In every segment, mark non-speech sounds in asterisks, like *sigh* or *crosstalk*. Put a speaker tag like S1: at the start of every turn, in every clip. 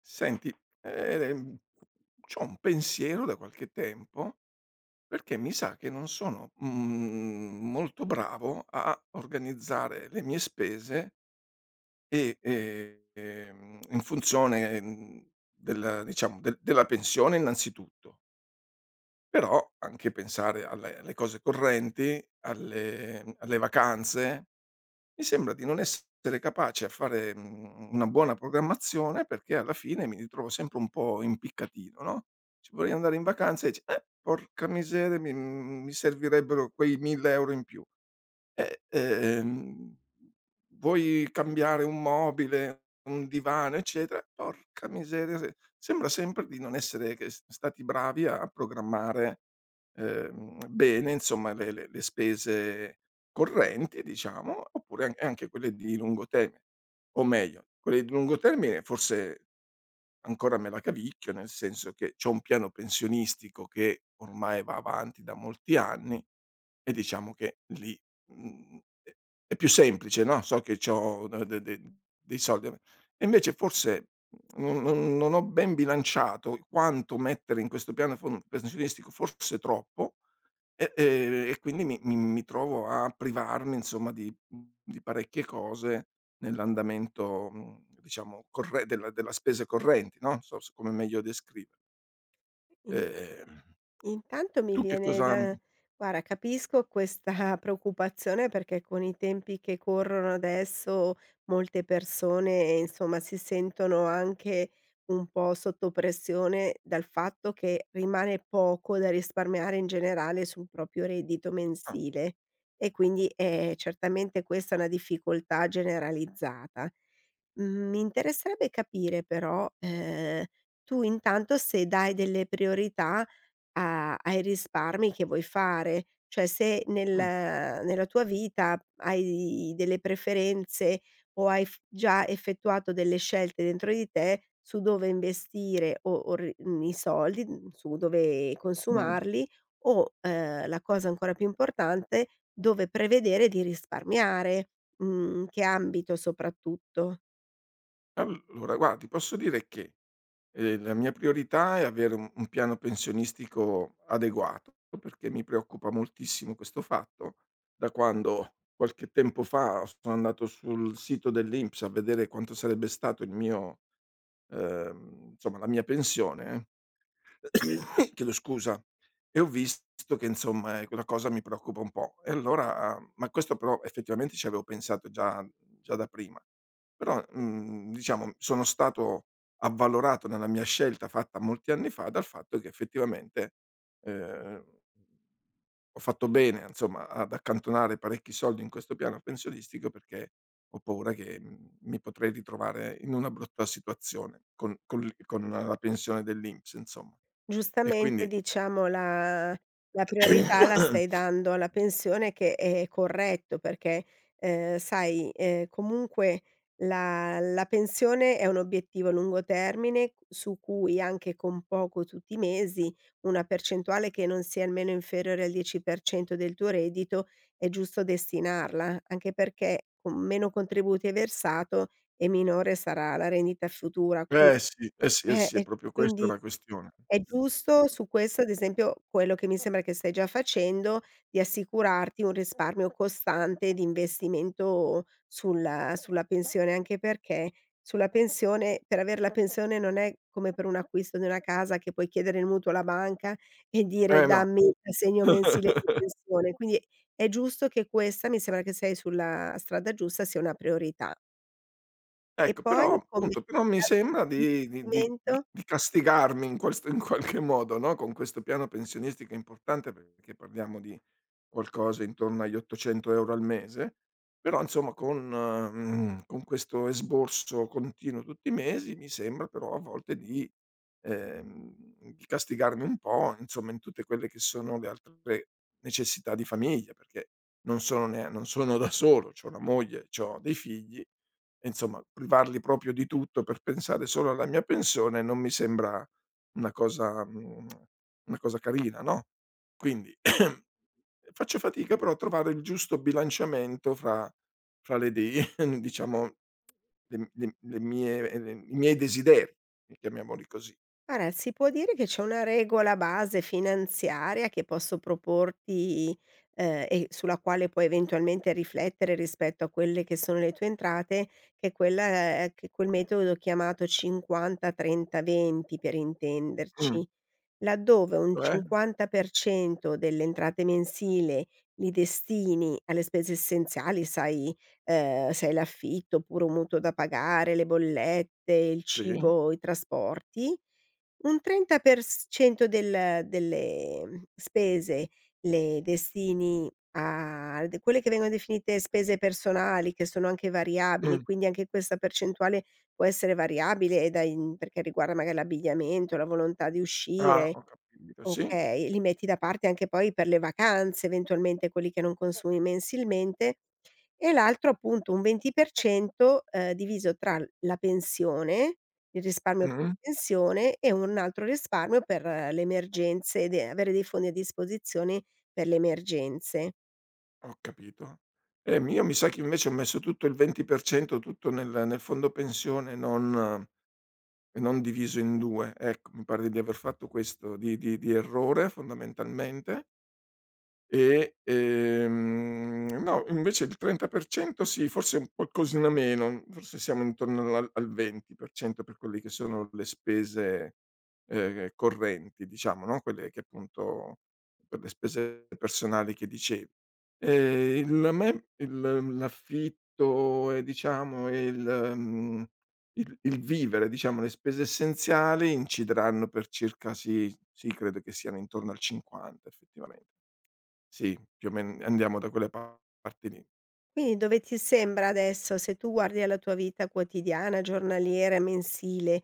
S1: Senti, ehm, c'ho un pensiero da qualche tempo, perché mi sa che non sono, molto bravo a organizzare le mie spese e, in funzione, del diciamo, della pensione innanzitutto. Però anche pensare alle cose correnti, alle vacanze, mi sembra di non essere capace a fare, una buona programmazione perché alla fine mi ritrovo sempre un po' impiccatino, no, dici: "Vorrei andare in vacanza" e dici: porca miseria mi mi servirebbero quei 1000 € in più". Eh, ehm, vuoi cambiare un mobile, un divano, eccetera, porca miseria, se sembra sempre di non essere che s stati bravi a programmare, bene insomma le spese correnti diciamo, oppure an e anche quelle di lungo termine. O meglio, quelle di lungo termine forse ancora me la cavicchio, nel senso che c'ho un piano pensionistico che ormai va avanti da molti anni e diciamo che lì è più semplice, no, so che c'ho de de de dei soldi e invece forse non ho ben bilanciato quanto mettere in questo piano fon pensionistico, forse troppo, e quindi mi trovo a privarmi insomma di parecchie cose nell'andamento, diciamo corre della spese correnti, no, non so s come meglio descrive.
S2: In
S1: Ehm,
S2: intanto mi
S1: tu che
S2: viene
S1: cosa.
S2: da Guarda, capisco questa *laughs* preoccupazione perché con i tempi che corrono adesso molte persone, insomma, si sentono anche un po' sotto pressione dal fatto che rimane poco da risparmiare in generale sul proprio reddito
S1: Ah,
S2: mensile e quindi, certamente questa è una difficoltà generalizzata. Mi interesserebbe capire però, tu intanto se dai delle priorità a ai risparmi che vuoi fare. Cioè se nel
S1: mh,
S2: nella tua vita hai delle preferenze o hai f già effettuato delle scelte dentro di te su dove investire o i soldi, su dove
S1: mh.
S2: consumarli o, la cosa ancora più importante, dove prevedere di risparmiare. In che ambito soprattutto?
S1: Allora guarda, ti posso dire che la mia priorità è avere un piano pensionistico adeguato, perché mi preoccupa moltissimo questo fatto. Da quando qualche tempo fa sono andato sul sito dell'INPS a vedere quanto sarebbe stato il mio insomma la mia pensione *coughs* chiedo scusa, e ho visto che insomma, quella cosa mi preoccupa un po'. E allora ma questo però effettivamente ci avevo pensato già da prima. Però, diciamo sono stato avvalorato nella mia scelta fatta molti anni fa dal fatto che effettivamente, ehm ho fatto bene, insomma, ad accantonare parecchi soldi in questo piano pensionistico perché ho paura che, mi potrei ritrovare in una brutta situazione con l con la pensione dell'INPS, insomma. E
S2: Giustamente
S1: quindi
S2: diciamo la priorità la stai
S1: *coughs*
S2: dando alla pensione che è corretto perché, sai, comunque la pensione è un obiettivo a lungo termine c su cui anche con poco tutti i mesi, una percentuale che non sia almeno inferiore al 10% del tuo reddito, è giusto destinarla, anche perché con meno contributi hai versato e minore sarà la rendita futura.
S1: eh sì, eh sì, eh
S2: Eh,
S1: sì, è
S2: e
S1: proprio questa
S2: quindi
S1: la questione.
S2: è giusto su questo, ad esempio, quello che mi sembra che stai già facendo, di assicurarti un risparmio costante di investimento sulla pensione, anche perché sulla pensione per aver la pensione non è come per un acquisto di una casa che puoi chiedere il mutuo alla banca e dire:
S1: Eh no.
S2: "Dammi l'assegno mensile di
S1: *laughs*
S2: pensione". Quindi è giusto che questa, mi sembra che sei sulla strada giusta, sia una priorità. E
S1: Ecco, però
S2: poi come
S1: appunto però mi sembra di di di
S2: investimento?
S1: di di castigarmi in questo in qualche modo, no, con questo piano pensionistico importante perché parliamo di qualcosa intorno agli 800 € al mese, però insomma con con questo esborso continuo tutti i mesi, mi sembra però a volte ehm, di castigarmi un po', insomma, in tutte quelle che sono le altre necessità di famiglia, perché non sono nea non sono da solo, c'ho una moglie, c'ho dei figli e insomma privarli proprio di tutto per pensare solo alla mia pensione non mi sembra una cosa una cosa carina, no? Quindi *clears throat* faccio fatica però a trovare il giusto bilanciamento fra le dei *laughs* diciamo le mie i miei desideri, chiamiamoli così.
S2: Guarda, si può dire che c'è una regola base finanziaria che posso proporti, e sulla quale puoi eventualmente riflettere rispetto a quelle che sono le tue entrate, che è quella è che quel metodo chiamato 50, 30, 20 per
S1: Mh,
S2: intenderci. Laddove un
S1: cioè?
S2: 50% delle entrate mensili li destini alle spese essenziali, sai, se hai l'affitto oppure un mutuo da pagare, le bollette, il
S1: Sì,
S2: cibo, i trasporti, un 30% delle spese le destini a d quelle che vengono definite spese personali, che sono anche variabili,
S1: mh,
S2: quindi anche questa percentuale può essere variabile e da in perché riguarda magari l'abbigliamento, la volontà di
S1: ah,
S2: uscire,
S1: ho capito, sì,
S2: okay, li metti da parte anche poi per le vacanze, eventualmente quelli che non consumi mensilmente. E l'altro appunto un 20% diviso tra l la pensione, il risparmio per
S1: mh,
S2: la pensione e un altro risparmio per le emergenze, de avere dei fondi a disposizione per le emergenze.
S1: ho capito. Mi io mi sa che invece ho messo tutto il 20% tutto nel fondo pensione e non diviso in 2. Ecco, mi pare di aver fatto questo di errore fondamentalmente. E, no, invece il 30% sì, forse un qualcosina meno, forse siamo intorno al 20% per cento per quelle che sono le spese, correnti diciamo, no, quelle che appunto per le spese personali che dicevi. Il a me il l'affitto e diciamo e il mhmm, il vivere, diciamo le spese essenziali incideranno per circa sì, sì credo che siano intorno al 50 effettivamente. Sì, più o men andiamo da quelle parti lì.
S2: Quindi dove ti sembra adesso, se tu guardi alla tua vita quotidiana, giornaliera, mensile.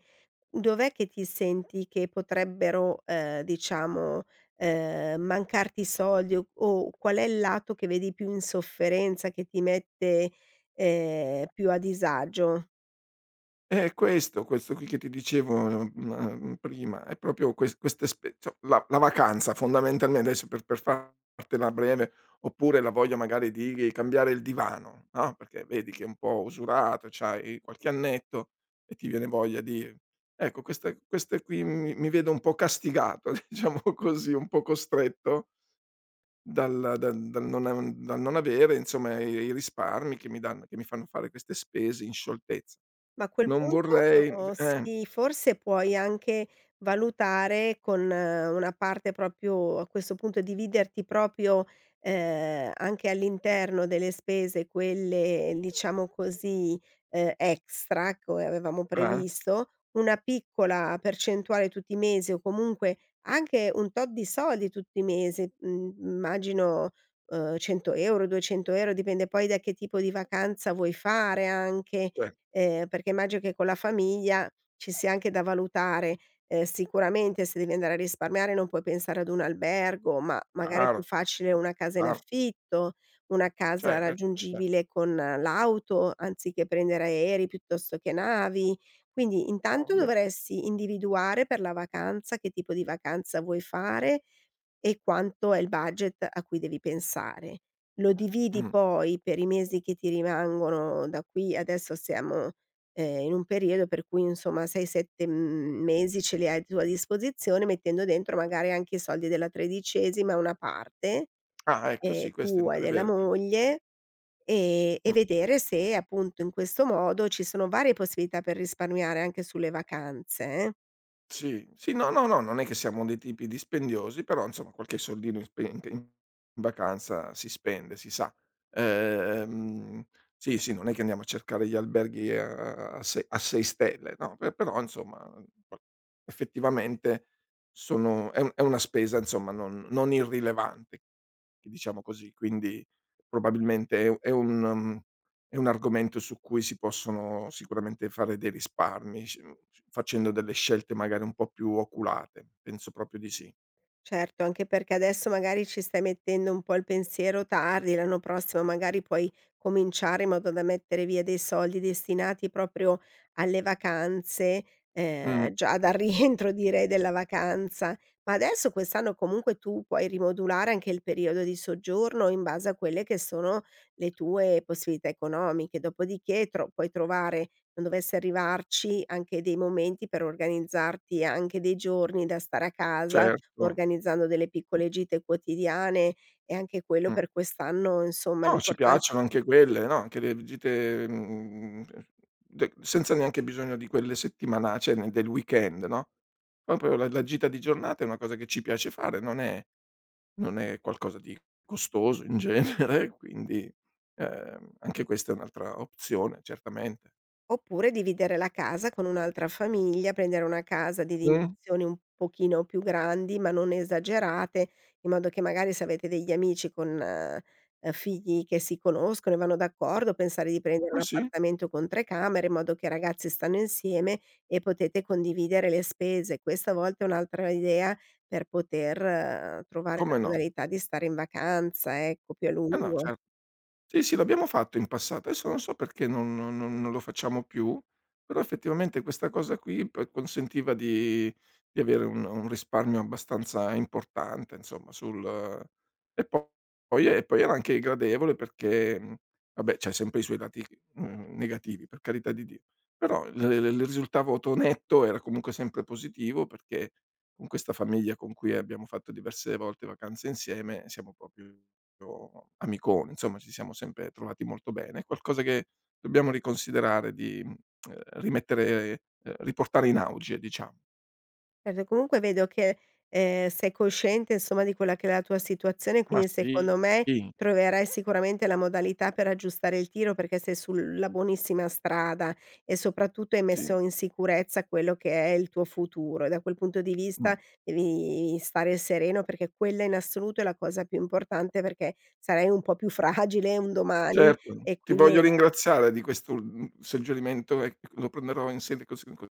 S2: Dov'è che ti senti che potrebbero, diciamo, mancarti i soldi o qual è il lato che vedi più in sofferenza, che ti mette, più a disagio?
S1: Questo qui che ti dicevo, prima, è proprio queste spe cioè la vacanza fondamentalmente, adesso per fartela breve, oppure la voglia magari di cambiare il divano, no, perché vedi che è un po' usurato, c'hai qualche annetto e ti viene voglia di ecco queste qui mi vedo un po' castigato, *laughs* diciamo così, un po' costretto dal non avere insomma i risparmi che mi fanno fare queste spese in scioltezza.
S2: Ma a quel
S1: Non
S2: punto,
S1: vorrei. Eh,
S2: sì, forse puoi anche valutare con una parte proprio a questo punto dividerti proprio, anche all'interno delle spese, quelle diciamo così, extra come avevamo
S1: eh,
S2: previsto, una piccola percentuale tutti i mesi o comunque anche un tot di soldi tutti i mesi, immagino, 100 €, 200 €, dipende poi da che tipo di vacanza vuoi fare anche,
S1: cioè,
S2: perché immagino che con la famiglia ci sia anche da valutare, sicuramente se devi andare a risparmiare non puoi pensare ad un albergo, ma magari è
S1: chiaro,
S2: più facile una casa in
S1: chiaro,
S2: affitto, una casa
S1: certo, cer
S2: raggiungibile con l'auto anziché prendere aerei piuttosto che navi. Quindi intanto
S1: ovvio.
S2: dovresti individuare per la vacanza che tipo di vacanza vuoi fare e quanto è il budget a cui devi pensare. Lo dividi
S1: Mh.
S2: poi per i mesi che ti rimangono da qui. Adesso siamo, in un periodo per cui insomma 6, 7 m mesi ce li hai a tua disposizione, mettendo dentro magari anche i soldi della tredicesima, una parte,
S1: Ah ecco sì, questo
S2: tua e
S1: intende, è
S2: della
S1: vero, giu
S2: moglie, e
S1: mh.
S2: vedere se appunto in questo modo ci sono varie possibilità per risparmiare anche sulle vacanze, eh.
S1: Sì, sì, no, no, no, non è che siamo dei tipi dispendiosi, però insomma qualche soldino in vacanza si spende, si sa. Ehm, sì, sì, non è che andiamo a cercare gli alberghi a 6 stelle, no, pe però insomma effettivamente sono è un è una spesa insomma non irrilevante, diciamo così, quindi probabilmente è un argomento su cui si possono sicuramente fare dei risparmi, facendo delle scelte magari un po' più oculate, penso proprio di sì.
S2: Certo, anche perché adesso magari ci stai mettendo un po' il pensiero tardi, l'anno prossimo magari puoi cominciare in modo da mettere via dei soldi destinati proprio alle vacanze,
S1: Mh,
S2: già dal *laughs* rientro direi della vacanza. Ma adesso quest'anno comunque tu puoi rimodulare anche il periodo di soggiorno in base a quelle che sono le tue possibilità economiche, dopodiché tro puoi trovare, non dovesse arrivarci, anche dei momenti per organizzarti anche dei giorni da stare a casa,
S1: certo.
S2: organizzando delle piccole gite quotidiane e anche quello
S1: Mh.
S2: per quest'anno, insomma,
S1: No, ci
S2: l'importante.
S1: piacciono anche quelle, no, anche le gite, de senza neanche bisogno di quelle settimana cioè ne del weekend, no, proprio la gita di giornata è una cosa che ci piace fare, non è qualcosa di costoso in genere, *laughs* quindi, anche questa è un'altra opzione, certamente.
S2: Oppure dividere la casa con un'altra famiglia, prendere una casa di
S1: Mh.
S2: dimensioni un pochino più grandi, ma non esagerate, in modo che magari se avete degli amici con, figli che si conoscono e vanno d'accordo, pensare di prendere
S1: Ah
S2: un
S1: sì?
S2: appartamento con 3 camere, in modo che i ragazzi stanno insieme e potete condividere le spese. Questa a volte è un'altra idea per poter trovare la
S1: Come no?
S2: modalità di stare in vacanza, ecco, più a
S1: Eh no,
S2: lungo.
S1: cer sì, sì, l'abbiamo fatto in passato, adesso non so perché non lo facciamo più, però effettivamente questa cosa qui p consentiva di avere un risparmio abbastanza importante insomma sul, e po- e poi era anche gradevole perché, vabbè c'ha sempre i suoi lati, negativi per carità di Dio, però il risultato netto era comunque sempre positivo perché con questa famiglia con cui abbiamo fatto diverse volte vacanze insieme siamo proprio o amicone, insomma ci siamo sempre trovati molto bene. È qualcosa che dobbiamo riconsiderare di, rimettere riportare in auge diciamo.
S2: Certo, comunque vedo che, sei cosciente insomma di quella che è la tua situazione,
S1: Ma
S2: quindi secondo
S1: sì,
S2: me
S1: ti
S2: troverai sicuramente la modalità per aggiustare il tiro perché sei sulla buonissima strada e soprattutto hai messo in sicurezza quello che è il tuo futuro e da quel punto di
S1: mh,
S2: vista devi stare sereno perché quella in assoluto è la cosa più importante perché sarai un po' più fragile un domani
S1: certo.
S2: e
S1: Ti voglio
S2: quindi
S1: ringraziare di questo, suggerimento e lo prenderò in seria consi